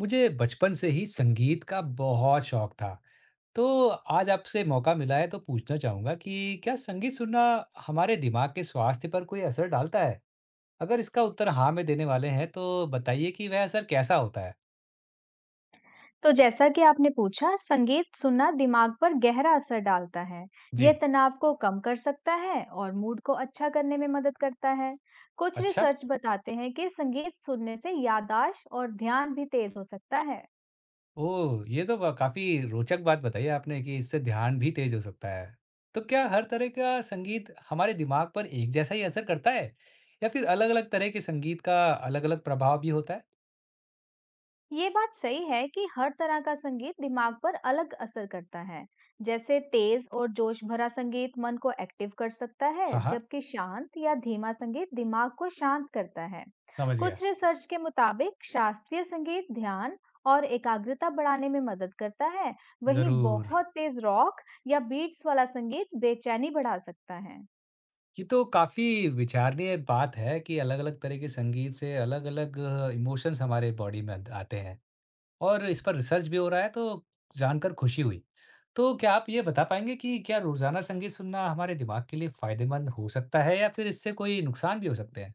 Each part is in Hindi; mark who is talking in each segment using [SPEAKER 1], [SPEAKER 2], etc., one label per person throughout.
[SPEAKER 1] मुझे बचपन से ही संगीत का बहुत शौक था, तो आज आपसे मौका मिला है तो पूछना चाहूँगा कि क्या संगीत सुनना हमारे दिमाग के स्वास्थ्य पर कोई असर डालता है? अगर इसका उत्तर हाँ में देने वाले हैं तो बताइए कि वह असर कैसा होता है?
[SPEAKER 2] तो जैसा कि आपने पूछा, संगीत सुनना दिमाग पर गहरा असर डालता है। यह
[SPEAKER 1] जी।
[SPEAKER 2] तनाव को कम कर सकता है और मूड को अच्छा करने में मदद करता है। कुछ
[SPEAKER 1] अच्छा।
[SPEAKER 2] रिसर्च बताते हैं कि संगीत सुनने से याददाश्त और ध्यान भी तेज हो सकता है।
[SPEAKER 1] ओह! ये तो ब काफ़ी रोचक बात बताई आपने कि इससे ध्यान भी तेज़ हो सकता है। तो क्या हर तरह का संगीत हमारे दिमाग पर एक जैसा ही असर करता है? या फिर अलग-अलग तरह के संगीत का अलग-अलग प्रभाव भी होता है?
[SPEAKER 2] ये बात सही है कि हर तरह का संगीत दिमाग पर अलग असर करता है। जैसे तेज और जोश भरा संगीत मन को एक्टिव कर सकता है,
[SPEAKER 1] हाँ, हाँ,
[SPEAKER 2] जबकि शांत या धीमा संगीत दिमाग को शांत करता है।
[SPEAKER 1] समझ गया।
[SPEAKER 2] कुछ रिसर्च के मुताबिक शास्त्रीय संगीत ध्यान और एकाग्रता बढ़ाने में मदद करता है। वहीं
[SPEAKER 1] ज़रूर।
[SPEAKER 2] बहुत तेज रॉक या बीट्स वाला संगीत बेचैनी बढ़ा सकता है।
[SPEAKER 1] ये तो काफ़ी विचारणीय बात है कि अलग-अलग तरह के संगीत से अलग-अलग इमोशंस हमारे बॉडी में अंद आते हैं और इस पर रिसर्च भी हो रहा है, तो जानकर खुशी हुई। तो क्या आप ये बता पाएँगे कि क्या रोज़ाना संगीत सुनना हमारे दिमाग के लिए फ़ायदेमंद हो सकता है या फिर इससे कोई नुकसान भी हो सकते हैं?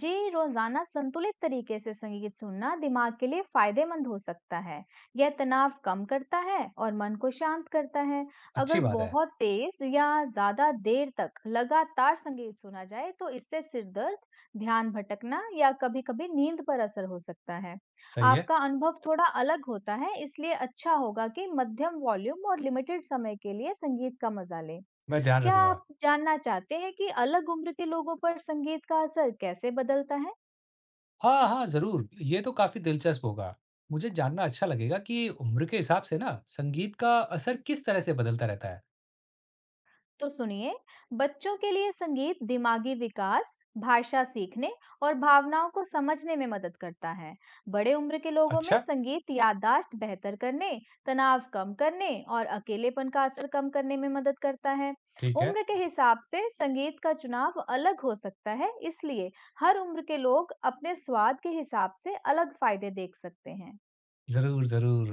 [SPEAKER 2] जी, रोजाना संतुलित तरीके से संगीत सुनना दिमाग के लिए फायदेमंद हो सकता है। यह तनाव कम करता है और मन को शांत करता है। अगर
[SPEAKER 1] अच्छी बात है।
[SPEAKER 2] बहुत तेज या ज्यादा देर तक लगातार संगीत सुना जाए तो इससे सिर दर्द, ध्यान भटकना या कभी-कभी नींद पर असर हो सकता है।
[SPEAKER 1] सही है।
[SPEAKER 2] आपका अनुभव थोड़ा अलग होता है, इसलिए अच्छा होगा कि मध्यम वॉल्यूम और लिमिटेड समय के लिए संगीत का मजा लें।
[SPEAKER 1] मैं ध्यान
[SPEAKER 2] क्या
[SPEAKER 1] रखूँगा।
[SPEAKER 2] आप जानना चाहते हैं कि अलग उम्र के लोगों पर संगीत का असर कैसे बदलता है?
[SPEAKER 1] हाँ, हाँ, ज़रूर, ये तो काफ़ी दिलचस्प होगा। मुझे जानना अच्छा लगेगा कि उम्र के हिसाब से ना संगीत का असर किस तरह से बदलता रहता है।
[SPEAKER 2] तो सुनिए, बच्चों के लिए संगीत दिमागी विकास, भाषा सीखने और भावनाओं को समझने में मदद करता है। बड़े उम्र के लोगों में
[SPEAKER 1] अच्छा।
[SPEAKER 2] संगीत याददाश्त बेहतर करने, तनाव कम करने और अकेलेपन का असर कम करने में मदद करता है।
[SPEAKER 1] ठीक है।
[SPEAKER 2] उम्र के हिसाब से संगीत का चुनाव अलग हो सकता है, इसलिए हर उम्र के लोग अपने स्वाद के हिसाब से अलग फायदे देख सकते हैं।
[SPEAKER 1] ज़रूर, ज़रूर।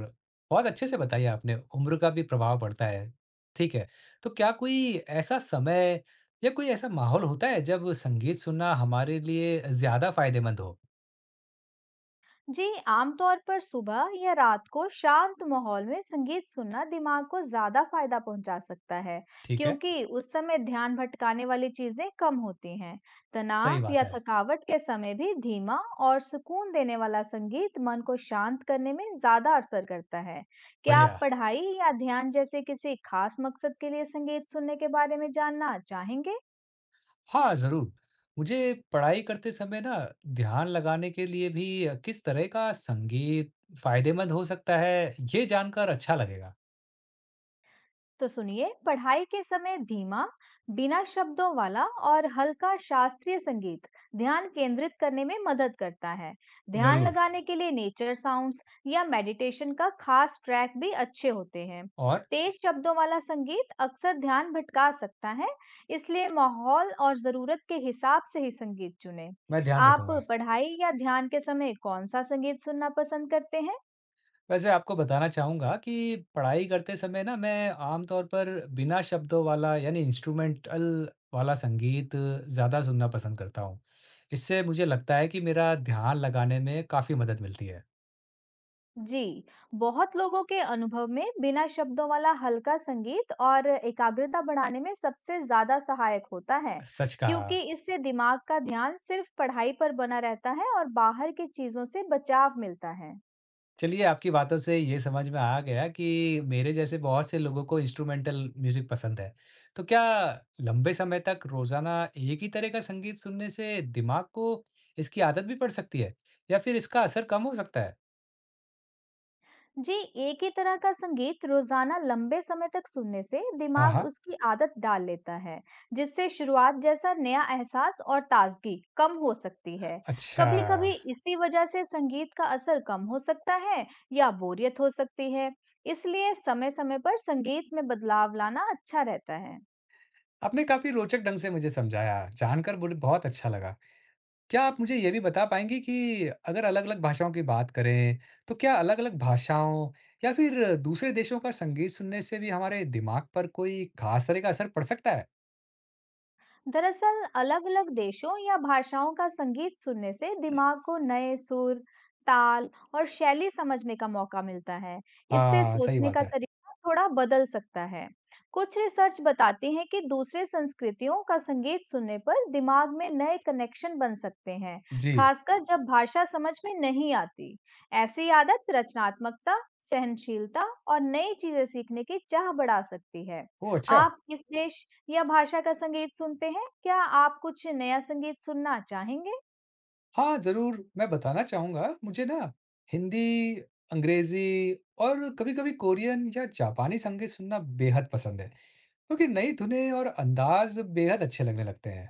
[SPEAKER 1] बहुत अच्छे से बताई आपने, उम्र का भी प्रभाव पड़ता है। ठीक है, तो क्या कोई ऐसा समय या कोई ऐसा माहौल होता है जब संगीत सुनना हमारे लिए ज़्यादा फ़ायदेमंद हो?
[SPEAKER 2] जी, आमतौर पर सुबह या रात को शांत माहौल में संगीत सुनना दिमाग को ज्यादा फायदा पहुंचा सकता है,
[SPEAKER 1] ठीक है।
[SPEAKER 2] क्योंकि उस समय ध्यान भटकाने वाली चीजें कम होती हैं।
[SPEAKER 1] सही
[SPEAKER 2] तनाव या
[SPEAKER 1] बात है।
[SPEAKER 2] थकावट के समय भी धीमा और सुकून देने वाला संगीत मन को शांत करने में ज्यादा असर करता है। क्या आप
[SPEAKER 1] बढ़िया।
[SPEAKER 2] पढ़ाई या ध्यान जैसे किसी खास मकसद के लिए संगीत सुनने के बारे में जानना चाहेंगे?
[SPEAKER 1] हाँ, ज़रूर। मुझे पढ़ाई करते समय ना ध्यान लगाने के लिए भी किस तरह का संगीत फ़ायदेमंद हो सकता है, ये जानकर अच्छा लगेगा।
[SPEAKER 2] तो सुनिए, पढ़ाई के समय धीमा, बिना शब्दों वाला और हल्का शास्त्रीय संगीत ध्यान केंद्रित करने में मदद करता है। ध्यान
[SPEAKER 1] ज़रूर।
[SPEAKER 2] लगाने के लिए नेचर साउंड्स या मेडिटेशन का खास ट्रैक भी अच्छे होते हैं।
[SPEAKER 1] और
[SPEAKER 2] तेज शब्दों वाला संगीत अक्सर ध्यान भटका सकता है, इसलिए माहौल और जरूरत के हिसाब से ही संगीत चुने।
[SPEAKER 1] मैं ध्यान
[SPEAKER 2] आप
[SPEAKER 1] रखूँगा।
[SPEAKER 2] पढ़ाई या ध्यान के समय कौन सा संगीत सुनना पसंद करते हैं?
[SPEAKER 1] वैसे आपको बताना चाहूँगा कि पढ़ाई करते समय ना मैं आमतौर पर बिना शब्दों वाला यानी इंस्ट्रूमेंटल वाला संगीत ज़्यादा सुनना पसंद करता हूँ। इससे मुझे लगता है कि मेरा ध्यान लगाने में काफ़ी मदद मिलती है।
[SPEAKER 2] जी, बहुत लोगों के अनुभव में बिना शब्दों वाला हल्का संगीत और एकाग्रता बढ़ाने में सबसे ज्यादा सहायक होता है,
[SPEAKER 1] सच कहा।
[SPEAKER 2] क्योंकि इससे दिमाग का ध्यान सिर्फ पढ़ाई पर बना रहता है और बाहर की चीजों से बचाव मिलता है।
[SPEAKER 1] चलिए आपकी बातों से ये समझ में आ गया कि मेरे जैसे बहुत से लोगों को इंस्ट्रूमेंटल म्यूज़िक पसंद है। तो क्या लंबे समय तक रोज़ाना एक ही तरह का संगीत सुनने से दिमाग को इसकी आदत भी पड़ सकती है या फिर इसका असर कम हो सकता है?
[SPEAKER 2] जी, एक ही तरह का संगीत रोजाना लंबे समय तक सुनने से
[SPEAKER 1] हाँ,
[SPEAKER 2] दिमाग
[SPEAKER 1] हाँ।
[SPEAKER 2] उसकी आदत डाल लेता है, जिससे शुरुआत जैसा नया एहसास और ताजगी कम हो सकती है।
[SPEAKER 1] अच्छा।
[SPEAKER 2] कभी-कभी इसी वजह से संगीत का असर कम हो सकता है या बोरियत हो सकती है, इसलिए समय-समय पर संगीत में बदलाव लाना अच्छा रहता है।
[SPEAKER 1] आपने काफ़ी रोचक ढंग से मुझे समझाया, जानकर मुझे बहुत अच्छा लगा। क्या आप मुझे ये भी बता पाएँगी कि अगर अलग-अलग भाषाओं की बात करें, तो क्या अलग-अलग भाषाओं या फिर दूसरे देशों का संगीत सुनने से भी हमारे दिमाग पर कोई खास तरह का असर पड़ सकता है?
[SPEAKER 2] दरअसल अलग-अलग देशों या भाषाओं का संगीत सुनने से दिमाग को नए सुर, ताल और शैली समझने का मौका मिलता है। इससे
[SPEAKER 1] हाँ, सही
[SPEAKER 2] सोचने
[SPEAKER 1] बात
[SPEAKER 2] का
[SPEAKER 1] है।
[SPEAKER 2] तरीका थोड़ा बदल सकता है। कुछ रिसर्च बताती हैं कि दूसरे संस्कृतियों का संगीत सुनने पर दिमाग में नए कनेक्शन बन सकते हैं,
[SPEAKER 1] जी।
[SPEAKER 2] खासकर जब भाषा समझ में नहीं आती। ऐसी आदत रचनात्मकता, सहनशीलता और नई चीजें सीखने की चाह बढ़ा सकती है।
[SPEAKER 1] ओह! अच्छा।
[SPEAKER 2] आप किस देश या भाषा का संगीत सुनते हैं? क्या आप कुछ नया संगीत सुनना चाहेंगे?
[SPEAKER 1] हाँ, ज़रूर, मैं बताना चाहूँगा, मुझे ना हिंदी, अंग्रेज़ी और कभी-कभी कोरियन या जापानी संगीत सुनना बेहद पसंद है, क्योंकि नई धुनें और अंदाज़ बेहद अच्छे लगने लगते हैं।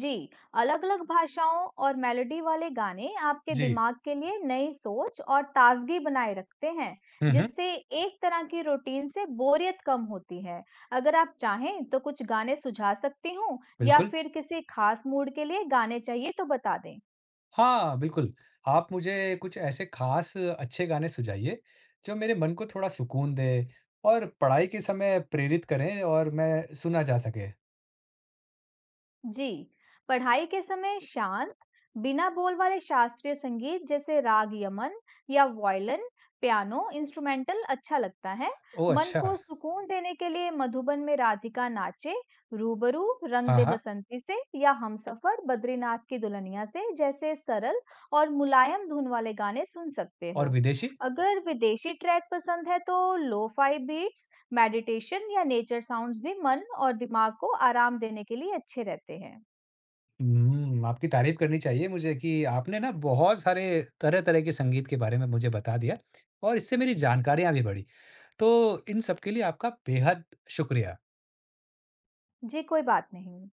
[SPEAKER 2] जी, अलग-अलग भाषाओं और मेलोडी वाले गाने आपके
[SPEAKER 1] जी।
[SPEAKER 2] दिमाग के लिए नई सोच और ताजगी बनाए रखते हैं,
[SPEAKER 1] हुँ, हुँ,
[SPEAKER 2] जिससे एक तरह की रूटीन से बोरियत कम होती है। अगर आप चाहें तो कुछ गाने सुझा सकती हूँ या
[SPEAKER 1] बिल्कुल।
[SPEAKER 2] फिर किसी खास मूड के लिए गाने चाहिए तो बता दें।
[SPEAKER 1] हाँ, बिल्कुल, आप मुझे कुछ ऐसे ख़ास अच्छे गाने सुझाइए, जो मेरे मन को थोड़ा सुकून दें और पढ़ाई के समय प्रेरित करें और मैं सुना जा सके।
[SPEAKER 2] जी, पढ़ाई के समय शांत, बिना बोल वाले शास्त्रीय संगीत जैसे राग यमन या वायलिन, पियानो, इंस्ट्रूमेंटल अच्छा लगता है।
[SPEAKER 1] ओह,
[SPEAKER 2] मन को
[SPEAKER 1] अच्छा!
[SPEAKER 2] सुकून देने के लिए मधुबन में राधिका नाचे, रूबरू, रंग
[SPEAKER 1] हाँ,
[SPEAKER 2] दे
[SPEAKER 1] हाँ,
[SPEAKER 2] बसंती से या हमसफर, बद्रीनाथ की दुल्हनिया से जैसे सरल और मुलायम धुन वाले गाने सुन सकते
[SPEAKER 1] और
[SPEAKER 2] हो।
[SPEAKER 1] विदेशी?
[SPEAKER 2] अगर विदेशी ट्रैक पसंद है तो लो-फाई बीट्स, मेडिटेशन या नेचर साउंड्स भी मन और दिमाग को आराम देने के लिए अच्छे रहते हैं।
[SPEAKER 1] हुँ, आपकी तारीफ़ करनी चाहिए मुझे कि आपने ना बहुत सारे तरह-तरह के संगीत के बारे में मुझे बता दिया और इससे मेरी जानकारियाँ भी बढ़ी। तो इन सब के लिए आपका बेहद शुक्रिया।
[SPEAKER 2] जी, कोई बात नहीं।